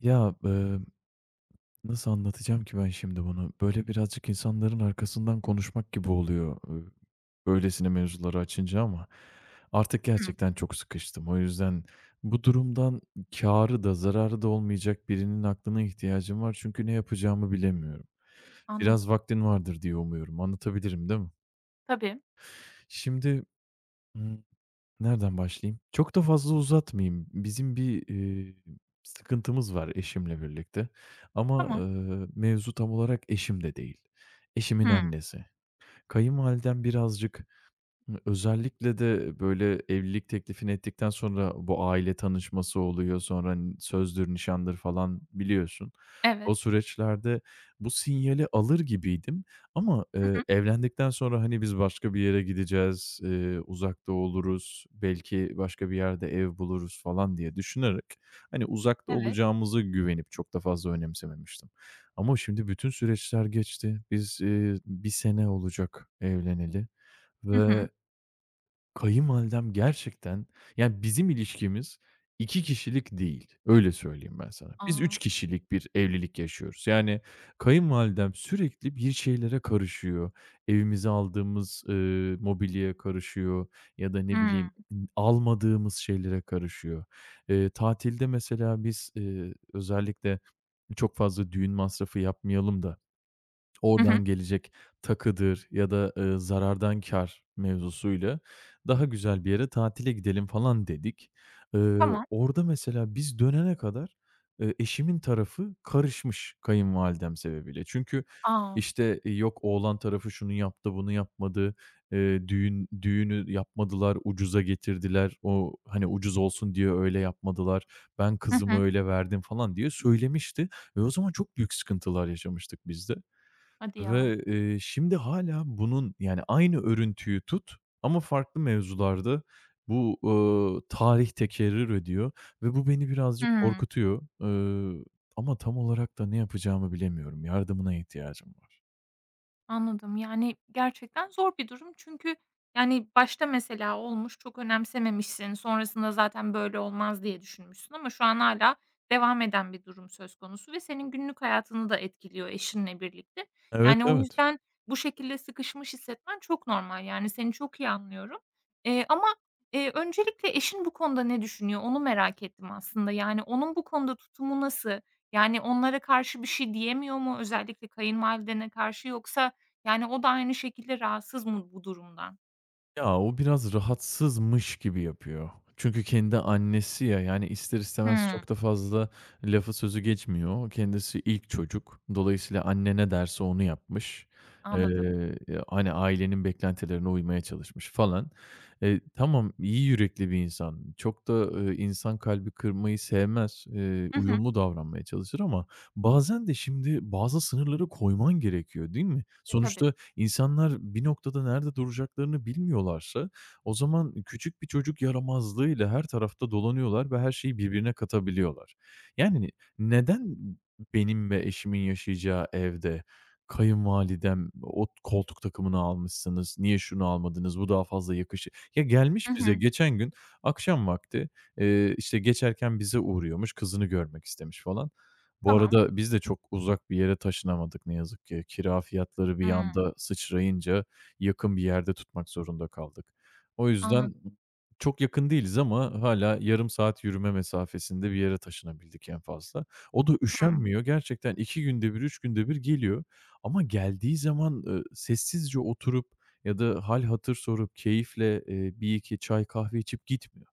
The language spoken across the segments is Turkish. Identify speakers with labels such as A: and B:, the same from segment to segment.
A: Ya, nasıl anlatacağım ki ben şimdi bunu? Böyle birazcık insanların arkasından konuşmak gibi oluyor, böylesine mevzuları açınca ama artık
B: Hımm,
A: gerçekten çok sıkıştım. O yüzden bu durumdan kârı da zararı da olmayacak birinin aklına ihtiyacım var çünkü ne yapacağımı bilemiyorum.
B: anladım.
A: Biraz vaktin vardır diye umuyorum. Anlatabilirim, değil mi?
B: Tabii,
A: Şimdi, nereden başlayayım? Çok da fazla uzatmayayım. Bizim bir, sıkıntımız var eşimle birlikte ama,
B: tamam.
A: mevzu tam olarak eşim de değil. Eşimin
B: Hımm,
A: annesi. Kayınvalidem birazcık hı, özellikle de, böyle, evlilik teklifini ettikten sonra bu aile tanışması oluyor, sonra n sözdür, nişandır falan, biliyorsun.
B: evet.
A: O süreçlerde bu sinyali alır gibiydim ama,
B: Hı hı,
A: evlendikten sonra, hani, biz başka bir yere gideceğiz, uzakta oluruz, belki başka bir yerde ev buluruz falan diye düşünerek, hani, uzakta
B: evet.
A: olacağımızı güvenip çok da fazla önemsememiştim. Ama şimdi bütün süreçler geçti. Biz, 1 sene olacak evleneli
B: Hı hı.
A: ve kayınvalidem gerçekten, yani, bizim ilişkimiz 2 kişilik değil, öyle söyleyeyim ben sana. Biz
B: A!
A: 3 kişilik bir evlilik yaşıyoruz. Yani, kayınvalidem sürekli bir şeylere karışıyor. Evimize aldığımız, mobilyaya karışıyor ya da ne
B: Hımm.
A: bileyim, almadığımız şeylere karışıyor. Tatilde mesela biz, özellikle çok fazla düğün masrafı yapmayalım da
B: Hı hı.
A: oradan gelecek takıdır ya da, zarardan kar mevzusuyla daha güzel bir yere tatile gidelim falan dedik.
B: Tamam.
A: Orada mesela biz dönene kadar, eşimin tarafı karışmış kayınvalidem sebebiyle. Çünkü,
B: A!
A: işte, yok oğlan tarafı şunu yaptı, bunu yapmadı, düğün düğünü yapmadılar, ucuza getirdiler. O, hani, ucuz olsun diye öyle yapmadılar. Ben
B: Hı
A: kızımı
B: hı.
A: öyle verdim falan diye söylemişti ve o zaman çok büyük sıkıntılar yaşamıştık biz de.
B: Hadi ya.
A: Ve, şimdi hâlâ bunun, yani, aynı örüntüyü tut ama farklı mevzularda bu, tarih tekerrür ediyor ve bu beni birazcık
B: Hımm.
A: korkutuyor. Ama tam olarak da ne yapacağımı bilemiyorum. Yardımına ihtiyacım var.
B: Anladım. Yani, gerçekten zor bir durum çünkü, yani, başta mesela olmuş, çok önemsememişsin, sonrasında zaten böyle olmaz diye düşünmüşsün ama şu an hala devam eden bir durum söz konusu ve senin günlük hayatını da etkiliyor eşinle birlikte.
A: Evet,
B: Yani, o
A: evet.
B: yüzden bu şekilde sıkışmış hissetmen çok normal, yani, seni çok iyi anlıyorum. Eee, ama, Öncelikle eşin bu konuda ne düşünüyor, onu merak ettim aslında. Yani, onun bu konuda tutumu nasıl? Yani, onlara karşı bir şey diyemiyor mu? Özellikle kayınvalidene karşı yoksa, yani, o da aynı şekilde rahatsız mı bu durumdan?
A: Ya, o biraz rahatsızmış gibi yapıyor. Çünkü kendi annesi ya, yani ister istemez
B: Hımm,
A: çok da fazla lafı sözü geçmiyor. Kendisi ilk çocuk. Dolayısıyla anne ne derse onu yapmış.
B: anladım.
A: Eee, Hani, ailenin beklentilerine uymaya çalışmış falan. Tamam, iyi yürekli bir insan. Çok da, insan kalbi kırmayı sevmez.
B: Hı hı.
A: Uyumlu davranmaya çalışır ama bazen de şimdi bazı sınırları koyman gerekiyor, değil mi?
B: E, tabii.
A: Sonuçta İnsanlar bir noktada nerede duracaklarını bilmiyorlarsa o zaman küçük bir çocuk yaramazlığıyla her tarafta dolanıyorlar ve her şeyi birbirine katabiliyorlar. Yani neden benim ve eşimin yaşayacağı evde kayınvalidem o koltuk takımını almışsınız, niye şunu almadınız, bu daha fazla yakışır. Ya
B: Hı
A: gelmiş bize
B: hı.
A: geçen gün akşam vakti, işte geçerken bize uğruyormuş, kızını görmek istemiş falan. Bu
B: Tamam.
A: arada biz de çok uzak bir yere taşınamadık ne yazık ki. Kira fiyatları bir
B: Hımm.
A: anda sıçrayınca yakın bir yerde tutmak zorunda kaldık. O
B: Anladım.
A: yüzden çok yakın değiliz ama hâlâ yarım saat yürüme mesafesinde bir yere taşınabildik en fazla. O da
B: Hımm.
A: üşenmiyor. Gerçekten 2 günde bir, 3 günde bir geliyor ama geldiği zaman, sessizce oturup ya da hâl hatır sorup keyifle, 1-2 çay kahve içip gitmiyor.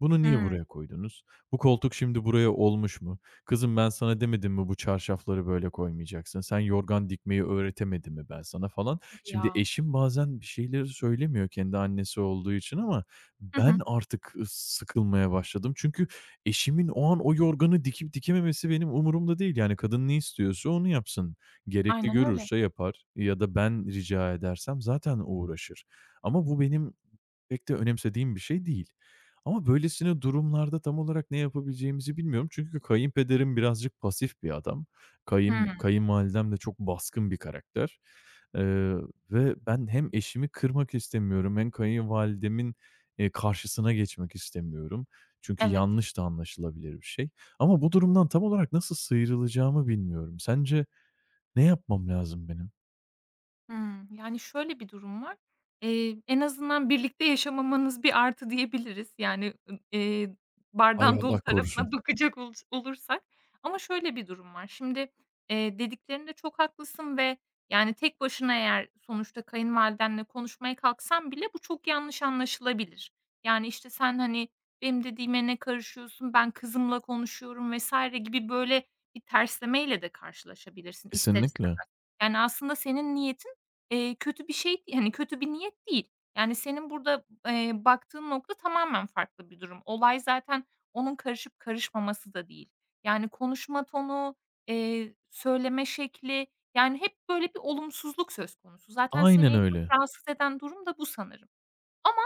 A: "Bunu niye
B: Hımm.
A: buraya koydunuz? Bu koltuk şimdi buraya olmuş mu? Kızım ben sana demedim mi bu çarşafları böyle koymayacaksın? Sen yorgan dikmeyi öğretemedim mi ben sana?" falan.
B: Hadi
A: Şimdi
B: ya.
A: eşim bazen bir şeyleri söylemiyor kendi annesi olduğu için ama
B: Hı
A: ben
B: hı.
A: artık, sıkılmaya başladım. Çünkü eşimin o an o yorganı dikip dikememesi benim umurumda değil. Yani kadın ne istiyorsa onu yapsın. Gerekli
B: Aynen öyle.
A: görürse yapar ya da ben rica edersem zaten uğraşır ama bu benim pek de önemsediğim bir şey değil. Ama böylesine durumlarda tam olarak ne yapabileceğimizi bilmiyorum. Çünkü kayınpederim birazcık pasif bir adam. Kayın
B: Hımm.
A: kayınvalidem de çok baskın bir karakter. Eee, Ve ben hem eşimi kırmak istemiyorum hem kayınvalidemin, karşısına geçmek istemiyorum. Çünkü
B: Evet.
A: yanlış da anlaşılabilir bir şey. Ama bu durumdan tam olarak nasıl sıyrılacağımı bilmiyorum. Sence ne yapmam lazım benim?
B: Hımm. Yani, şöyle bir durum var. En azından birlikte yaşamamanız bir artı diyebiliriz. Yani, ı
A: Ay,
B: Bardağın dolu
A: Allah korusun.
B: tarafına bakacak olursak. Ama şöyle bir durum var. Şimdi, dediklerinde çok haklısın ve, yani, tek başına eğer sonuçta kayınvalidenle konuşmaya kalksan bile bu çok yanlış anlaşılabilir. Yani, işte, sen, hani, benim dediğime ne karışıyorsun, ben kızımla konuşuyorum vs. gibi böyle bir terslemeyle de karşılaşabilirsin ister is
A: Kesinlikle.
B: Yani, aslında senin niyetin, kötü bir şey, hani, kötü bir niyet değil. Yani, senin burada, baktığın nokta tamamen farklı bir durum. Olay zaten onun karışıp karışmaması da değil. Yani, konuşma tonu, söyleme şekli, yani, hep böyle bir olumsuzluk söz konusu. Zaten seni
A: Aynen
B: en çok
A: öyle.
B: rahatsız eden durum da bu sanırım. Ama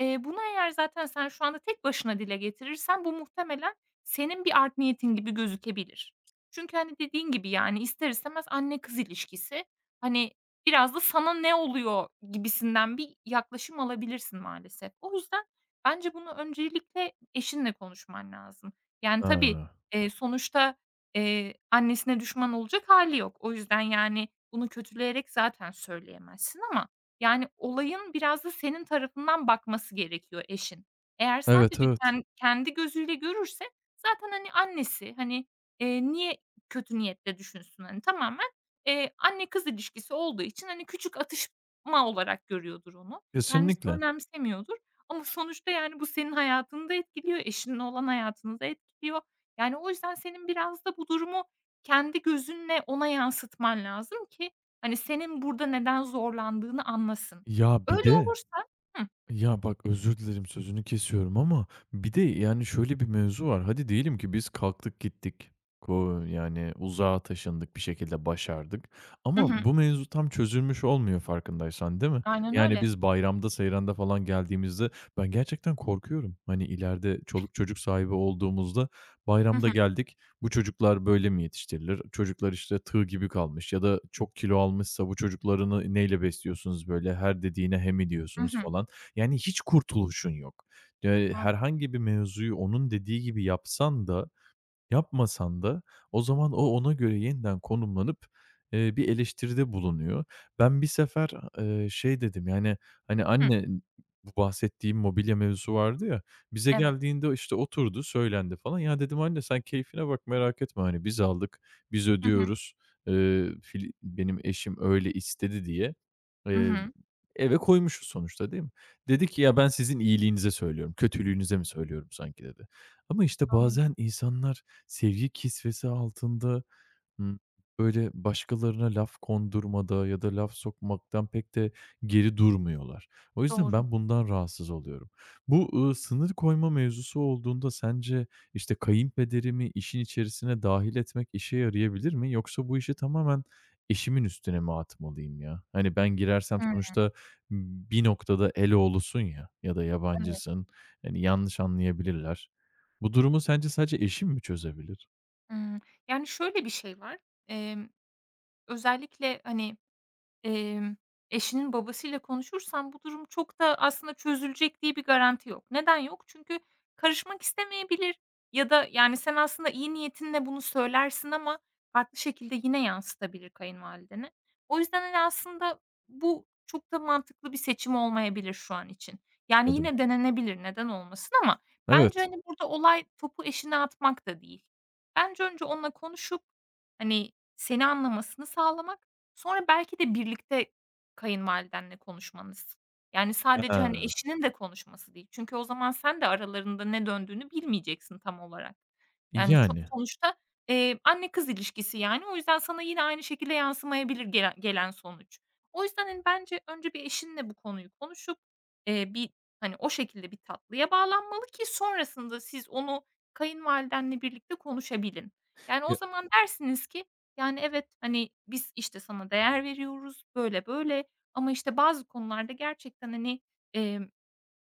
B: Bunu eğer zaten sen şu anda tek başına dile getirirsen bu muhtemelen senin bir art niyetin gibi gözükebilir. Çünkü, hani, dediğin gibi, yani, ister istemez anne kız ilişkisi, hani, biraz da sana ne oluyor gibisinden bir yaklaşım alabilirsin maalesef. O yüzden bence bunu öncelikle eşinle konuşman lazım. Yani, tabii,
A: Ha.
B: sonuçta, annesine düşman olacak hali yok. O yüzden, yani, bunu kötüleyerek zaten söyleyemezsin ama yani, olayın biraz da senin tarafından bakması gerekiyor eşin. Eğer
A: Evet,
B: sadece
A: evet.
B: kendi gözüyle görürse zaten, hani, annesi, hani, niye kötü niyetle düşünsün? Hani, tamamen, anne kız ilişkisi olduğu için, hani, küçük atışma olarak görüyordur onu. Kendisi
A: Kesinlikle.
B: önemsemiyordur ama sonuçta, yani, bu senin hayatını da etkiliyor, eşinin olan hayatını da etkiliyor. Yani, o yüzden senin biraz da bu durumu kendi gözünle ona yansıtman lazım ki, hani, senin burada neden zorlandığını anlasın.
A: Ya, bir
B: Öyle
A: de,
B: olursa Hıh.
A: ya, bak, özür dilerim sözünü kesiyorum ama bir de, yani, şöyle bir mevzu var. Hadi diyelim ki biz kalktık gittik. Ko yani, uzağa taşındık, bir şekilde başardık
B: Hı hı.
A: ama bu mevzu tam çözülmüş olmuyor farkındaysan, değil mi?
B: Aynen
A: Yani,
B: öyle.
A: biz bayramda, seyranda falan geldiğimizde ben gerçekten korkuyorum. Hani, ileride çoluk çocuk sahibi olduğumuzda
B: Hı
A: bayramda
B: hı.
A: geldik, bu çocuklar böyle mi yetiştirilir? Çocuklar, işte, tığ gibi kalmış ya da çok kilo almışsa bu çocuklarını neyle besliyorsunuz böyle? Her dediğine hemi
B: Hı
A: diyorsunuz
B: hı.
A: falan. Yani hiç kurtuluşun yok.
B: Anladım.
A: Herhangi bir mevzuyu onun dediği gibi yapsan da, yapmasan da o zaman o ona göre yeniden konumlanıp, bir eleştiride bulunuyor. Ben bir sefer, şey dedim, yani, hani,
B: Hıh.
A: "Anne" bu bahsettiğim mobilya mevzusu vardı ya, bize
B: Evet.
A: geldiğinde, işte, oturdu, söylendi falan. Ya, dedim, "Anne, sen keyfine bak, merak etme, hani, biz aldık, biz
B: Hı hı.
A: ödüyoruz. Fili benim eşim öyle istedi." diye,
B: Hı
A: eee,
B: hı.
A: eve koymuşuz sonuçta, değil mi? Dedi ki, "Ya, ben sizin iyiliğinize söylüyorum, kötülüğünüze mi söylüyorum sanki?" dedi. Ama, işte,
B: Anladım.
A: bazen insanlar sevgi kisvesi altında hımm. Böyle, başkalarına laf kondurmada ya da laf sokmaktan pek de geri durmuyorlar. O yüzden
B: Doğru.
A: ben bundan rahatsız oluyorum. Bu, sınır koyma mevzusu olduğunda sence, işte, kayınpederimi işin içerisine dahil etmek işe yarayabilir mi? Yoksa bu işi tamamen eşimin üstüne mi atmalıyım ya? Hani, ben girersem
B: Hıı.
A: sonuçta bir noktada eloğlusun ya da
B: Evet.
A: yabancısın. Hani, yanlış anlayabilirler. Bu durumu sence sadece eşim mi çözebilir?
B: Hıı. Yani, şöyle bir şey var. Emm, özellikle, hani Emm, eşinin babasıyla konuşursan bu durum çok da aslında çözülecek diye bir garanti yok. Neden yok? Çünkü karışmak istemeyebilir ya da, yani, sen aslında iyi niyetinle bunu söylersin ama farklı şekilde yine yansıtabilir kayınvalidene. O yüzden, hani, aslında bu çok da mantıklı bir seçim olmayabilir şu an için. Yani,
A: Anladım.
B: yine denenebilir, neden olmasın ama bence,
A: Evet.
B: hani, burada olay topu eşine atmak da değil. Bence önce onunla konuşup, hani, seni anlamasını sağlamak. Sonra belki de birlikte kayınvalidenle konuşmanız. Yani
A: He.
B: sadece, hani, eşinin de konuşması değil. Çünkü o zaman sen de aralarında ne döndüğünü bilmeyeceksin tam olarak. Yani, çok
A: Yani.
B: sonuçta, anne kız ilişkisi, yani. O yüzden sana yine aynı şekilde yansımayabilir gelen sonuç. O yüzden, hani, bence önce bir eşinle bu konuyu konuşup, bir, hani, o şekilde bir tatlıya bağlanmalı ki sonrasında siz onu kayınvalidenle birlikte konuşabilin. Yani, o
A: Ya,
B: zaman dersiniz ki, yani, "Evet, hani, biz, işte, sana değer veriyoruz, böyle böyle ama, işte, bazı konularda gerçekten, hani,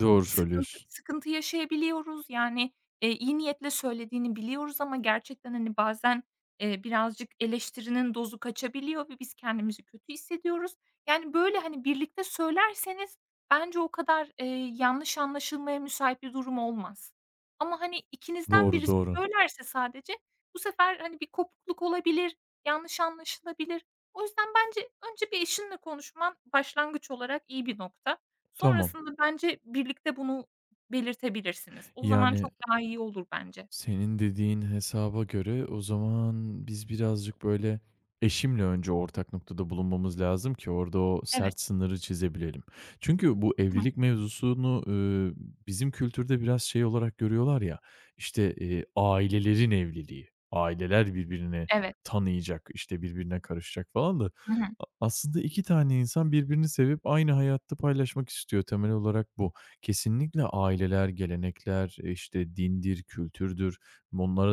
A: doğru
B: Sıkıntı
A: söylüyorsun.
B: sıkıntı yaşayabiliyoruz. Yani, iyi niyetle söylediğini biliyoruz ama gerçekten, hani, bazen, birazcık eleştirinin dozu kaçabiliyor ve biz kendimizi kötü hissediyoruz." Yani, böyle, hani, birlikte söylerseniz bence o kadar, yanlış anlaşılmaya müsait bir durum olmaz. Ama, hani, ikinizden
A: Doğru,
B: birisi
A: doğru.
B: söylerse sadece bu sefer, hani, bir kopukluk olabilir, yanlış anlaşılabilir. O yüzden bence önce bir eşinle konuşman başlangıç olarak iyi bir nokta.
A: Tamam.
B: Sonrasında bence birlikte bunu belirtebilirsiniz. O zaman
A: Yani,
B: çok daha iyi olur bence.
A: senin dediğin hesaba göre o zaman biz birazcık böyle eşimle önce ortak noktada bulunmamız lazım ki orada o
B: Evet.
A: sert sınırı çizebilelim. Çünkü bu
B: Hı hı.
A: evlilik mevzusunu, bizim kültürde biraz şey olarak görüyorlar ya, işte, ailelerin evliliği, aileler birbirini
B: Evet.
A: tanıyacak, işte, birbirine karışacak falan da
B: Hı hı.
A: a aslında 2 tane insan birbirini sevip aynı hayatta paylaşmak istiyor. Temel olarak bu. Kesinlikle aileler, gelenekler, e, işte, dindir, kültürdür,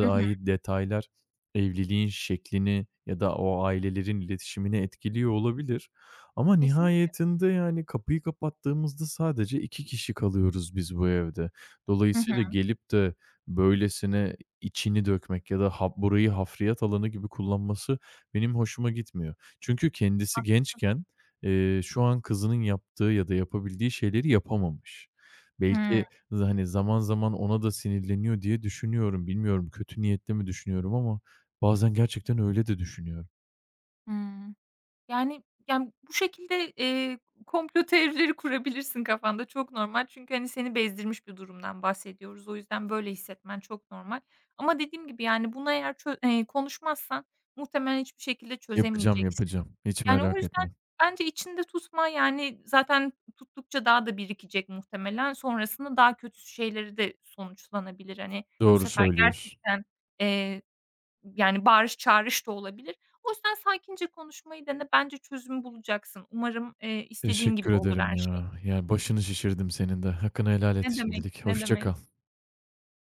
B: Hı hı.
A: ait detaylar evliliğin şeklini ya da o ailelerin iletişimini etkiliyor olabilir ama
B: Kesinlikle.
A: nihayetinde, yani, kapıyı kapattığımızda sadece 2 kişi kalıyoruz biz bu evde.
B: Hı
A: Dolayısıyla
B: hı.
A: gelip de böylesine içini dökmek ya da ha burayı hafriyat alanı gibi kullanması benim hoşuma gitmiyor. Çünkü kendisi
B: Haklısın.
A: gençken, şu an kızının yaptığı ya da yapabildiği şeyleri yapamamış.
B: Hıı.
A: Belki z hani, zaman zaman ona da sinirleniyor diye düşünüyorum. Bilmiyorum, kötü niyetle mi düşünüyorum ama bazen gerçekten öyle de düşünüyorum.
B: Hıı. Yani, yani, bu şekilde, komplo teorileri kurabilirsin kafanda. Çok normal çünkü, hani, seni bezdirmiş bir durumdan bahsediyoruz. O yüzden böyle hissetmen çok normal. Ama dediğim gibi, yani, bunu eğer çö konuşmazsan muhtemelen hiçbir şekilde
A: Yapacağım,
B: çözemeyeceksin.
A: yapacağım. Hiç
B: Yani, o
A: merak
B: yüzden
A: etme.
B: bence içinde tutma, yani, zaten tuttukça daha da birikecek muhtemelen. Sonrasında daha kötü şeyleri de sonuçlanabilir. Hani, bu
A: Doğru
B: sefer
A: söylüyorsun.
B: gerçekten, yani, bağırış çağırış da olabilir. O yüzden sakince konuşmayı dene. Bence çözüm bulacaksın. Umarım, istediğin
A: Teşekkür
B: gibi olur
A: ederim
B: her şey.
A: ya. Yani, başını şişirdim senin de. Hakkını helal et
B: Ne demek,
A: şimdilik.
B: ne
A: Hoşça
B: demek.
A: kal.